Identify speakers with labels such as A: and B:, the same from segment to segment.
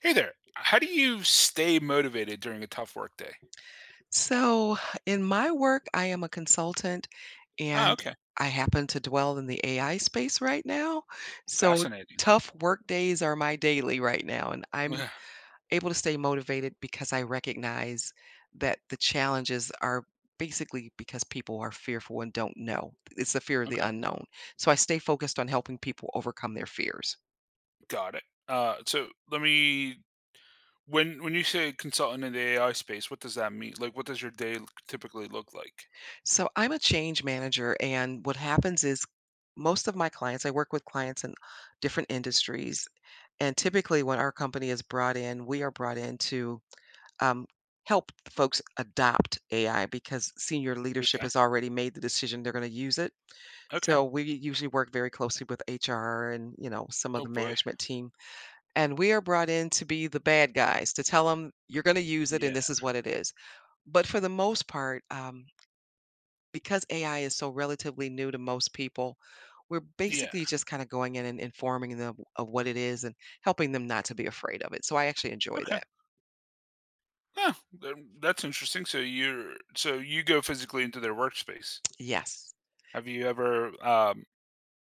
A: Hey there. How do you stay motivated during a tough work day?
B: So, in my work, I am a consultant
A: Ah,
B: and
A: okay.
B: I happen to dwell in the AI space right now. So,
A: Fascinating.
B: tough work days are my daily right now. And I'm
A: Yeah.
B: able to stay motivated because I recognize that the challenges are basically because people are fearful and don't know. It's the fear of the
A: Okay.
B: unknown. So, I stay focused on helping people overcome their fears.
A: Got it. So let me when you say consultant in the AI space, what does that mean? Like, what does your typically look like?
B: So, I'm a change manager. And what happens is most of my clients, I work with clients in different industries. And typically, when our company is brought in, we are brought in to um, help folks adopt AI because senior leadership
A: Okay.
B: has already made the decision they're going to use it.
A: Okay.
B: So we usually work very closely with HR and, you know, some of
A: Oh
B: the
A: boy.
B: management team, and we are brought in to be the bad guys to tell them you're going to use it and
A: Yeah.
B: this is what it is. But for the most part, because AI is so relatively new to most people, we're
A: Yeah.
B: basically just kind of going in and informing them of what it is and helping them not to be afraid of it. So I actually enjoy
A: Okay.
B: that.
A: Oh, then that's interesting. So you go physically into their workspace.
B: Yes.
A: Have you ever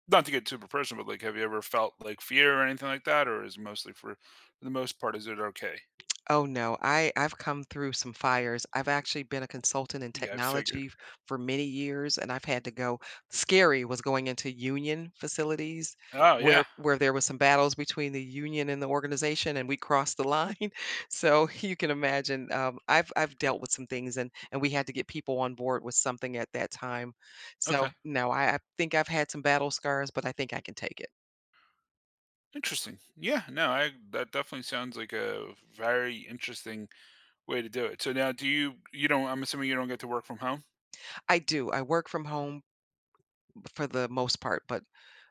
A: not to get super personal, but like have you ever felt like fear or anything like that, or is it mostly for the most part is it okay?
B: Oh, no. I've come through some fires. I've actually been a consultant in
A: Yeah, I figured.
B: technology f for many years, and I've had to go. Scary was going into union facilities
A: Oh,
B: where
A: yeah.
B: there was some battles between the union and the organization, and we crossed the line. So you can imagine, I've dealt with some things, and we had to get people on board with something at that time. So,
A: Okay.
B: no, I think I've had some battle scars, but I think I can take it.
A: Interesting. Yeah, no, I that definitely sounds like a very interesting way to do it. So now do you you don't I'm assuming you don't get to work from home?
B: I do. I work from home for the most part, but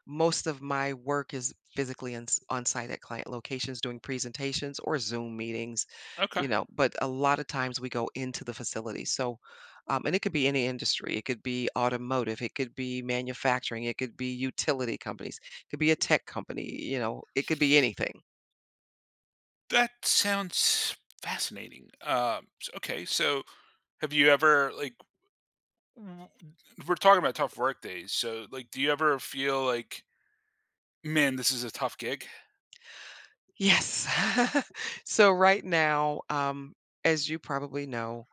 B: most of my work is physically in on-site at client locations doing presentations or Zoom meetings, you
A: Okay.
B: know, but a lot of times we go into the facility. So, and it could be any industry. It could be automotive. It could be manufacturing. It could be utility companies. It could be a tech company. You know, it could be anything.
A: That sounds fascinating. So have you ever like w- we're talking about tough work days. So like do you ever feel like man, this is a tough gig?
B: Yes. So right now, as you probably know,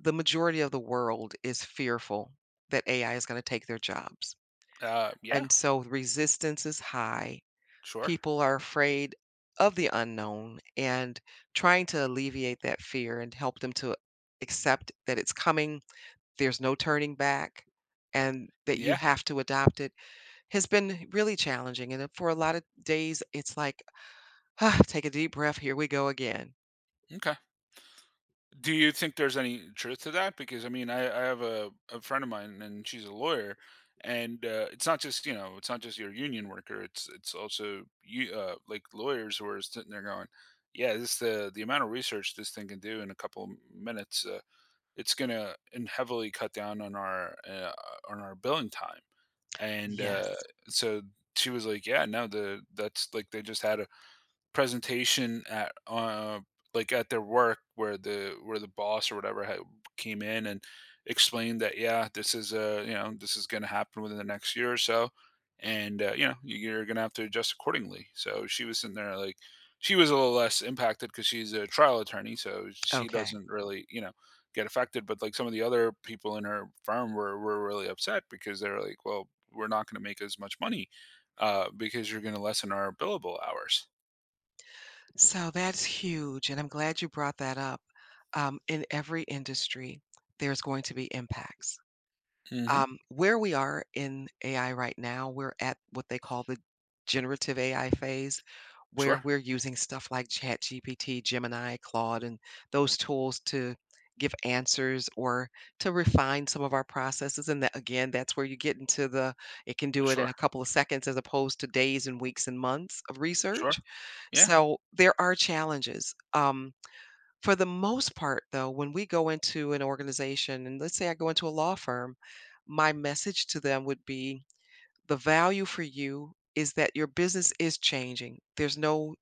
B: the majority of the world is fearful that AI is gonna take their jobs.
A: Yeah,
B: And so resistance is high.
A: sure.
B: People are afraid of the unknown and trying to alleviate that fear and help them to accept that it's coming, there's no turning back, and that you
A: Yeah.
B: have to adopt it has been really challenging. And for a lot of days, it's like, "Ah, take a deep breath, here we go again."
A: Okay. Do you think there's any truth to that? Because I mean, I have a friend of mine, and she's a lawyer, and it's not just it's not just your union worker. It's also you like lawyers who are sitting there going, yeah, this the amount of research this thing can do in a couple of minutes, it's gonna and heavily cut down on our billing time. And
B: Yes.
A: so she was like, yeah, no, the that's like they just had a presentation at, like, at their work where the boss or whatever had came in and explained that, "Yeah, this is, you know, this is gonna happen within the next year or so, and, you know, you're gonna have to adjust accordingly." So she was in there, like she was a little less impacted because she's a trial attorney, so she
B: Okay.
A: doesn't really, get affected, but, like, some of the other people in her firm were really upset because they are like, "Well, we're not gonna make as much money, because you're gonna lessen our billable hours."
B: So that's huge, and I'm glad you brought that up. In every industry, there's going to be impacts.
A: Mhm.
B: Where we are in AI right now, we're at what they call the generative AI phase, where
A: Sure,
B: we're using stuff like ChatGPT, Gemini, Claude, and those tools to give answers or to refine some of our processes. And that, again, that's where you get into the it can do it in
A: sure,
B: a couple of seconds as opposed to days and weeks and months of
A: sure.
B: research.
A: Yeah,
B: So there are challenges. For the most part, though, when we go into an organization, and let's say I go into a law firm, my message to them would be the value for you is that your business is changing. There's no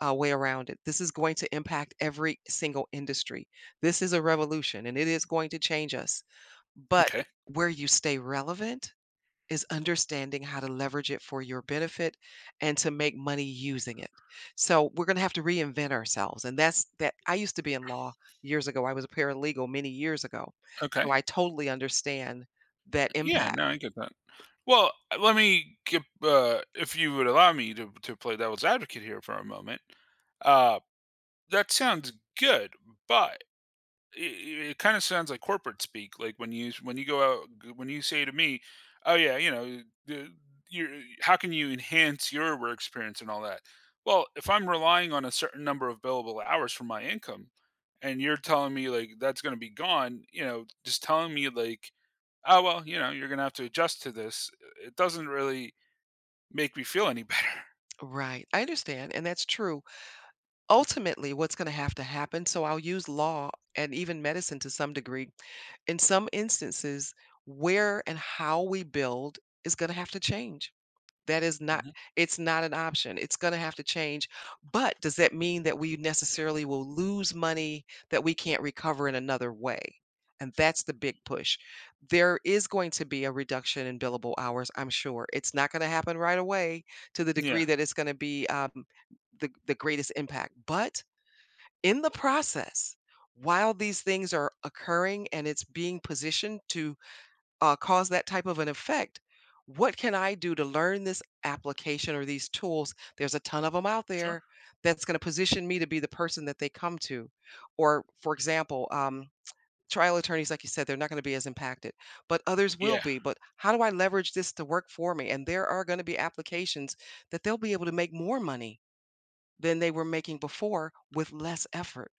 B: way around it. This is going to impact every single industry. This is a revolution and it is going to change us. But
A: okay,
B: where you stay relevant is understanding how to leverage it for your benefit and to make money using it. So we're going to have to reinvent ourselves. And that's that. I used to be in law years ago. I was a paralegal many years ago. So
A: okay.
B: I totally understand that
A: Yeah,
B: impact.
A: no, I get that. Well, let me get, if you would allow me to play devil's advocate here for a moment. Uh, that sounds good, but it kind of sounds like corporate speak. Like when you go out when you say to me, "Oh yeah, you know, you're, how can you enhance your work experience and all that?" Well, if I'm relying on a certain number of billable hours for my income, and you're telling me like that's going to be gone, you know, just telling me like, "Oh well, you know, you're going to have to adjust to this," it doesn't really make me feel any better.
B: Right. I understand. And that's true. Ultimately, what's going to have to happen, so I'll use law and even medicine to some degree, in some instances, where and how we build is going to have to change. That is not,
A: Mhm.
B: it's not an option. It's gonna have to change, but does that mean that we necessarily will lose money that we can't recover in another way? And that's the big push. There is going to be a reduction in billable hours, I'm sure. It's not gonna happen right away to the
A: Yeah,
B: degree that it's gonna be, the greatest impact, but in the process, while these things are occurring and it's being positioned to cause that type of an effect, what can I do to learn this application or these tools? There's a ton of them out
A: sure.
B: there that's going to position me to be the person that they come to. Or, for example, trial attorneys, like you said, they're not going to be as impacted, but others will
A: Yeah.
B: be. But how do I leverage this to work for me? And there are going to be applications that they'll be able to make more money than they were making before with less effort.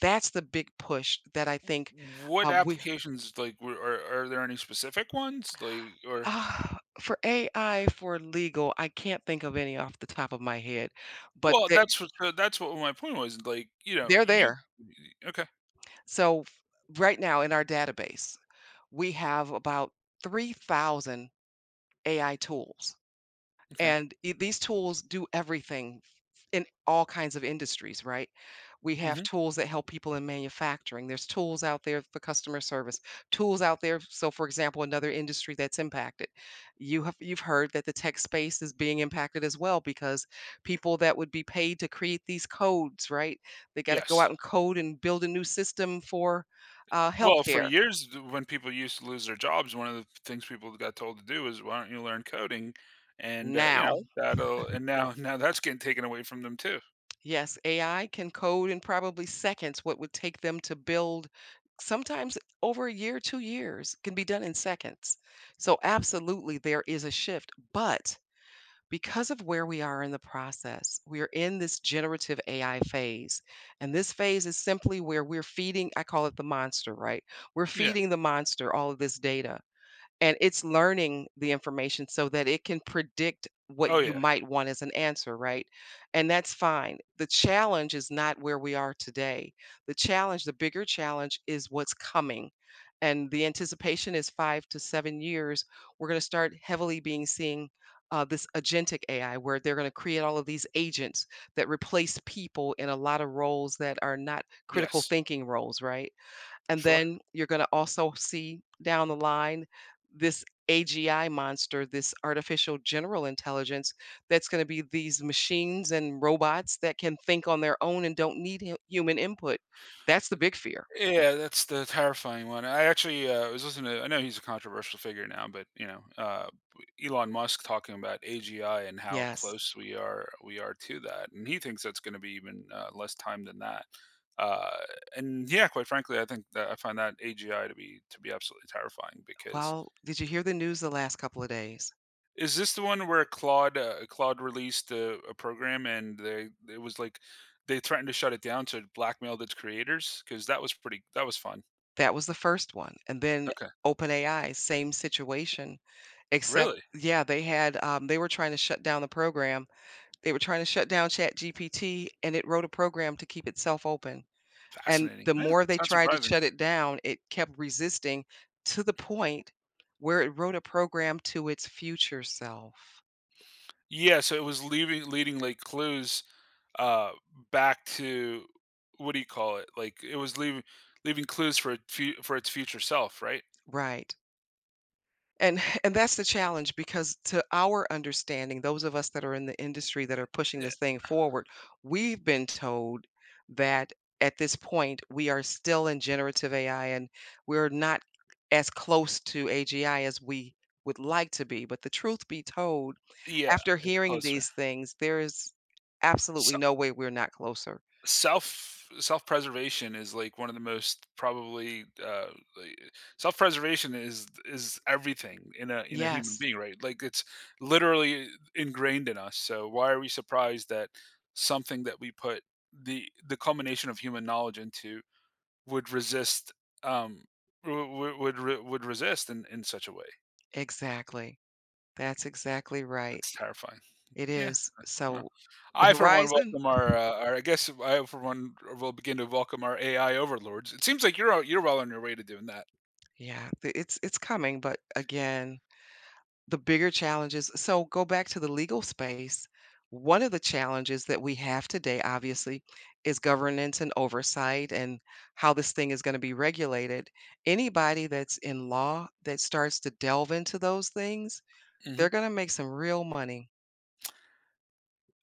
B: That's the big push that I think.
A: What
B: We
A: applications like are there any specific ones like or
B: Ah, for AI, for legal, I can't think of any off the top of my head, but
A: Well, that's what so that's what my point was, like, you know,
B: they're
A: you
B: there.
A: Okay,
B: So f Right now in our database, we have about 3,000 AI tools.
A: okay.
B: And I these tools do everything in all kinds of industries, right? We have
A: Mhm.
B: tools that help people in manufacturing. There's tools out there for customer service, tools out there. So, for example, another industry that's impacted. You have you've heard that the tech space is being impacted as well because people that would be paid to create these codes, right? They got to go
A: Yes.
B: out and code and build a new system for
A: Well, for
B: healthcare
A: years, th when people used to lose their jobs, one of the things people got told to do is, "Why don't you learn coding?" And, you
B: now.
A: know, that'll and now now that's getting taken away from them too.
B: Yes, AI can code in probably seconds what would take them to build sometimes over a year, 2 years can be done in seconds. So absolutely there is a shift, but because of where we are in the process, we are in this generative AI phase. And this phase is simply where we're feeding, I call it the monster, right? We're
A: Yeah.
B: feeding the monster all of this data. And it's learning the information so that it can predict what
A: Oh,
B: you
A: yeah.
B: might want as an answer, right? And that's fine. The challenge is not where we are today. The challenge, the bigger challenge is what's coming. And the anticipation is 5 to 7 years. We're going to start heavily being seeing this agentic AI, where they're going to create all of these agents that replace people in a lot of roles that are not critical
A: Yes.
B: thinking roles, right? And
A: Sure.
B: then you're gonna also see down the line this AGI monster, this artificial general intelligence that's gonna be these machines and robots that can think on their own and don't need hu human input. That's the big fear.
A: Yeah, that's the terrifying one. I actually was listening to. I know he's a controversial figure now, but you know, Elon Musk talking about AGI and how
B: Yes.
A: close we are to that, and he thinks that's going to be even less time than that. Uh, and yeah, quite frankly, I think that I find that AGI to be absolutely terrifying because
B: Well, did you hear the news the last couple of days?
A: is this the one where Claude released a program and they it was like they threatened to shut it down to blackmail its creators because that was pretty that was fun.
B: That was the first one, and then
A: Okay,
B: OpenAI, same situation, except
A: really.
B: yeah, they had, they were trying to shut down the program. They were trying to shut down ChatGPT, and it wrote a program to keep itself open. And
A: Fascinating.
B: the
A: Yeah,
B: more
A: it's
B: they
A: not
B: tried to
A: surprising.
B: shut it down, it kept resisting to the point where it wrote a program to its future self.
A: Yeah, so it was leaving leading like clues uh back to what do you call it? Like it was leaving clues for for its future self, right?
B: Right. And and that's the challenge because to our understanding, those of us that are in the industry that are pushing
A: Yeah,
B: this thing forward, we've been told that at this point we are still in generative AI and we're not as close to AGI as we would like to be. But the truth be told,
A: yeah,
B: after
A: it's
B: hearing
A: closer.
B: these things, there is absolutely no way we're not closer.
A: self Self-preservation is like one of the most probably like, self-preservation is everything in a human
B: Yes,
A: being, right? Like it's literally ingrained in us, so why are we surprised that something that we put the culmination of human knowledge into would resist um would resist in such a way?
B: exactly. That's exactly right.
A: It's terrifying.
B: It
A: Yeah.
B: is.
A: Yeah.
B: So the
A: I, for one,
B: horizon.
A: welcome our, I guess I, for one, will begin to welcome our AI overlords. It seems like you're well on your way to doing that.
B: It's coming, but again, the bigger challenges. So go back to the legal space. One of the challenges that we have today, obviously, is governance and oversight and how this thing is going to be regulated. Anybody that's in law that starts to delve into those things,
A: Hmm.
B: they're going to make some real money.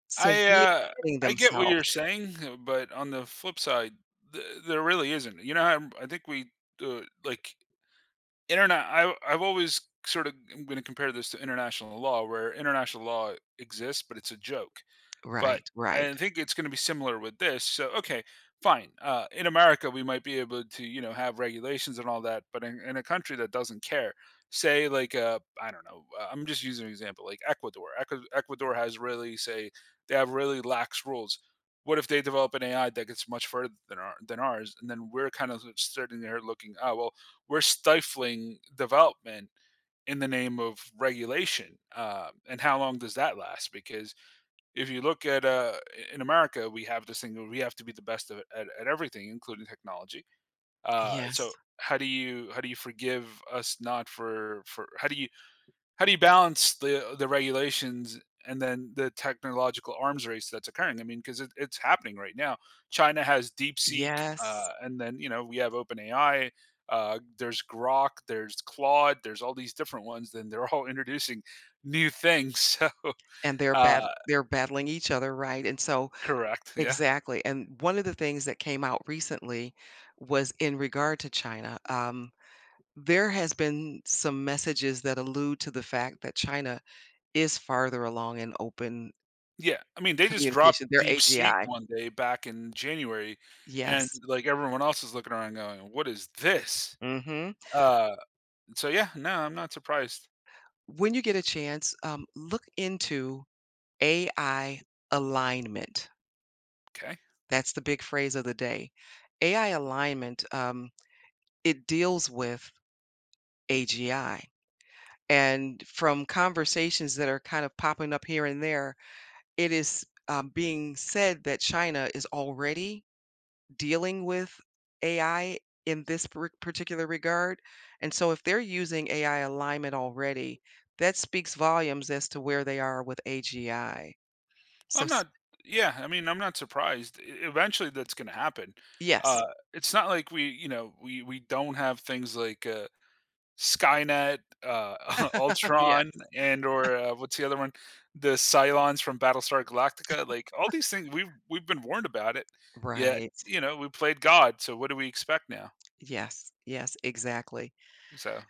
B: So
A: I uh,
B: reinventing
A: I get what you're
B: themselves.
A: saying, but on the flip side, there really isn't. You know, I think we uh, like internet. I I've always sort of I'm going to compare this to international law, where international law exists, but it's a joke. But
B: Right,
A: I
B: right.
A: think it's going to be similar with this. So, okay, fine. In America, we might be able to, you know, have regulations and all that. But in a country that doesn't care, say like, I don't know, I'm just using an example, like Ecuador. Ecuador has really, say, they have really lax rules. What if they develop an AI that gets much further than, than ours? And then we're kind of sitting there looking, oh, well, we're stifling development in the name of regulation. And how long does that last? Because if you look at in America, we have this thing where we have to be the best at everything, including technology. So
B: Yes.
A: how do you forgive us not for for how do you balance the regulations and then the technological arms race that's occurring? I mean, because it's happening right now. China has DeepSeek,
B: Yes.
A: and then you know we have OpenAI. There's Grok, there's Claude, there's all these different ones. Then they're all introducing new things. So
B: And they're battling each other, right? And so
A: correct, yeah.
B: exactly, and one of the things that came out recently was in regard to China. There has been some messages that allude to the fact that China is farther along in open
A: Yeah, I mean, they just dropped
B: communication. Their
A: DeepSeek
B: AGI.
A: one day back in January, and,
B: Yes.
A: like, everyone else is looking around going, "What is this?"
B: Mhm.
A: Uh, so yeah, no, I'm not surprised.
B: When you get a chance, look into AI alignment.
A: Okay.
B: That's the big phrase of the day. AI alignment, it deals with AGI. And from conversations that are kind of popping up here and there, it is being said that China is already dealing with AI in this particular regard. And so if they're using AI alignment already, that speaks volumes as to where they are with AGI.
A: Well,
B: So,
A: I'm
B: s-
A: not yeah, I mean, I'm not surprised. E Eventually, that's gonna happen.
B: yes,
A: Uh, it's not like we, you know, we don't have things like, Skynet,
B: yeah,
A: Ultron, and or, what's the other one? The Cylons from Battlestar Galactica, like, all these things, we've been warned about it, yet,
B: right.
A: you know, we played God, so what do we expect now?
B: Yes, yes, exactly.
A: So,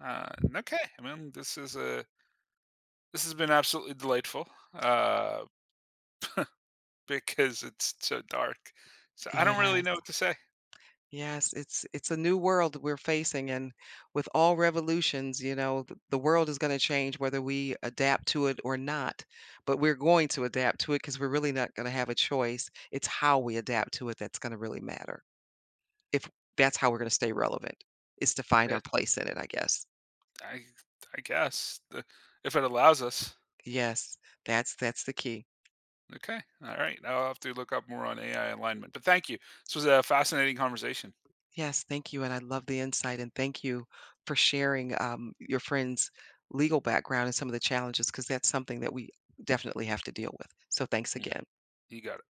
A: uh, okay, I mean this is, a this has been absolutely delightful, uh, because it's so dark. So I don't
B: Yeah.
A: really know what to say.
B: Yes, it's a new world that we're facing, and with all revolutions, you know, the world is going to change whether we adapt to it or not. But we're going to adapt to it because we're really not going to have a choice. It's how we adapt to it that's going to really matter. If that's how we're going to stay relevant, is to find
A: Eh,
B: our place in it, I guess.
A: I I guess, the if it allows us.
B: Yes, that's the key.
A: Okay. All right. I'll have to look up more on AI alignment. But thank you. This was a fascinating conversation.
B: Yes, thank you, and I love the insight, and thank you for sharing your friend's legal background and some of the challenges because that's something that we definitely have to deal with. So thanks
A: Yeah.
B: again.
A: You got it.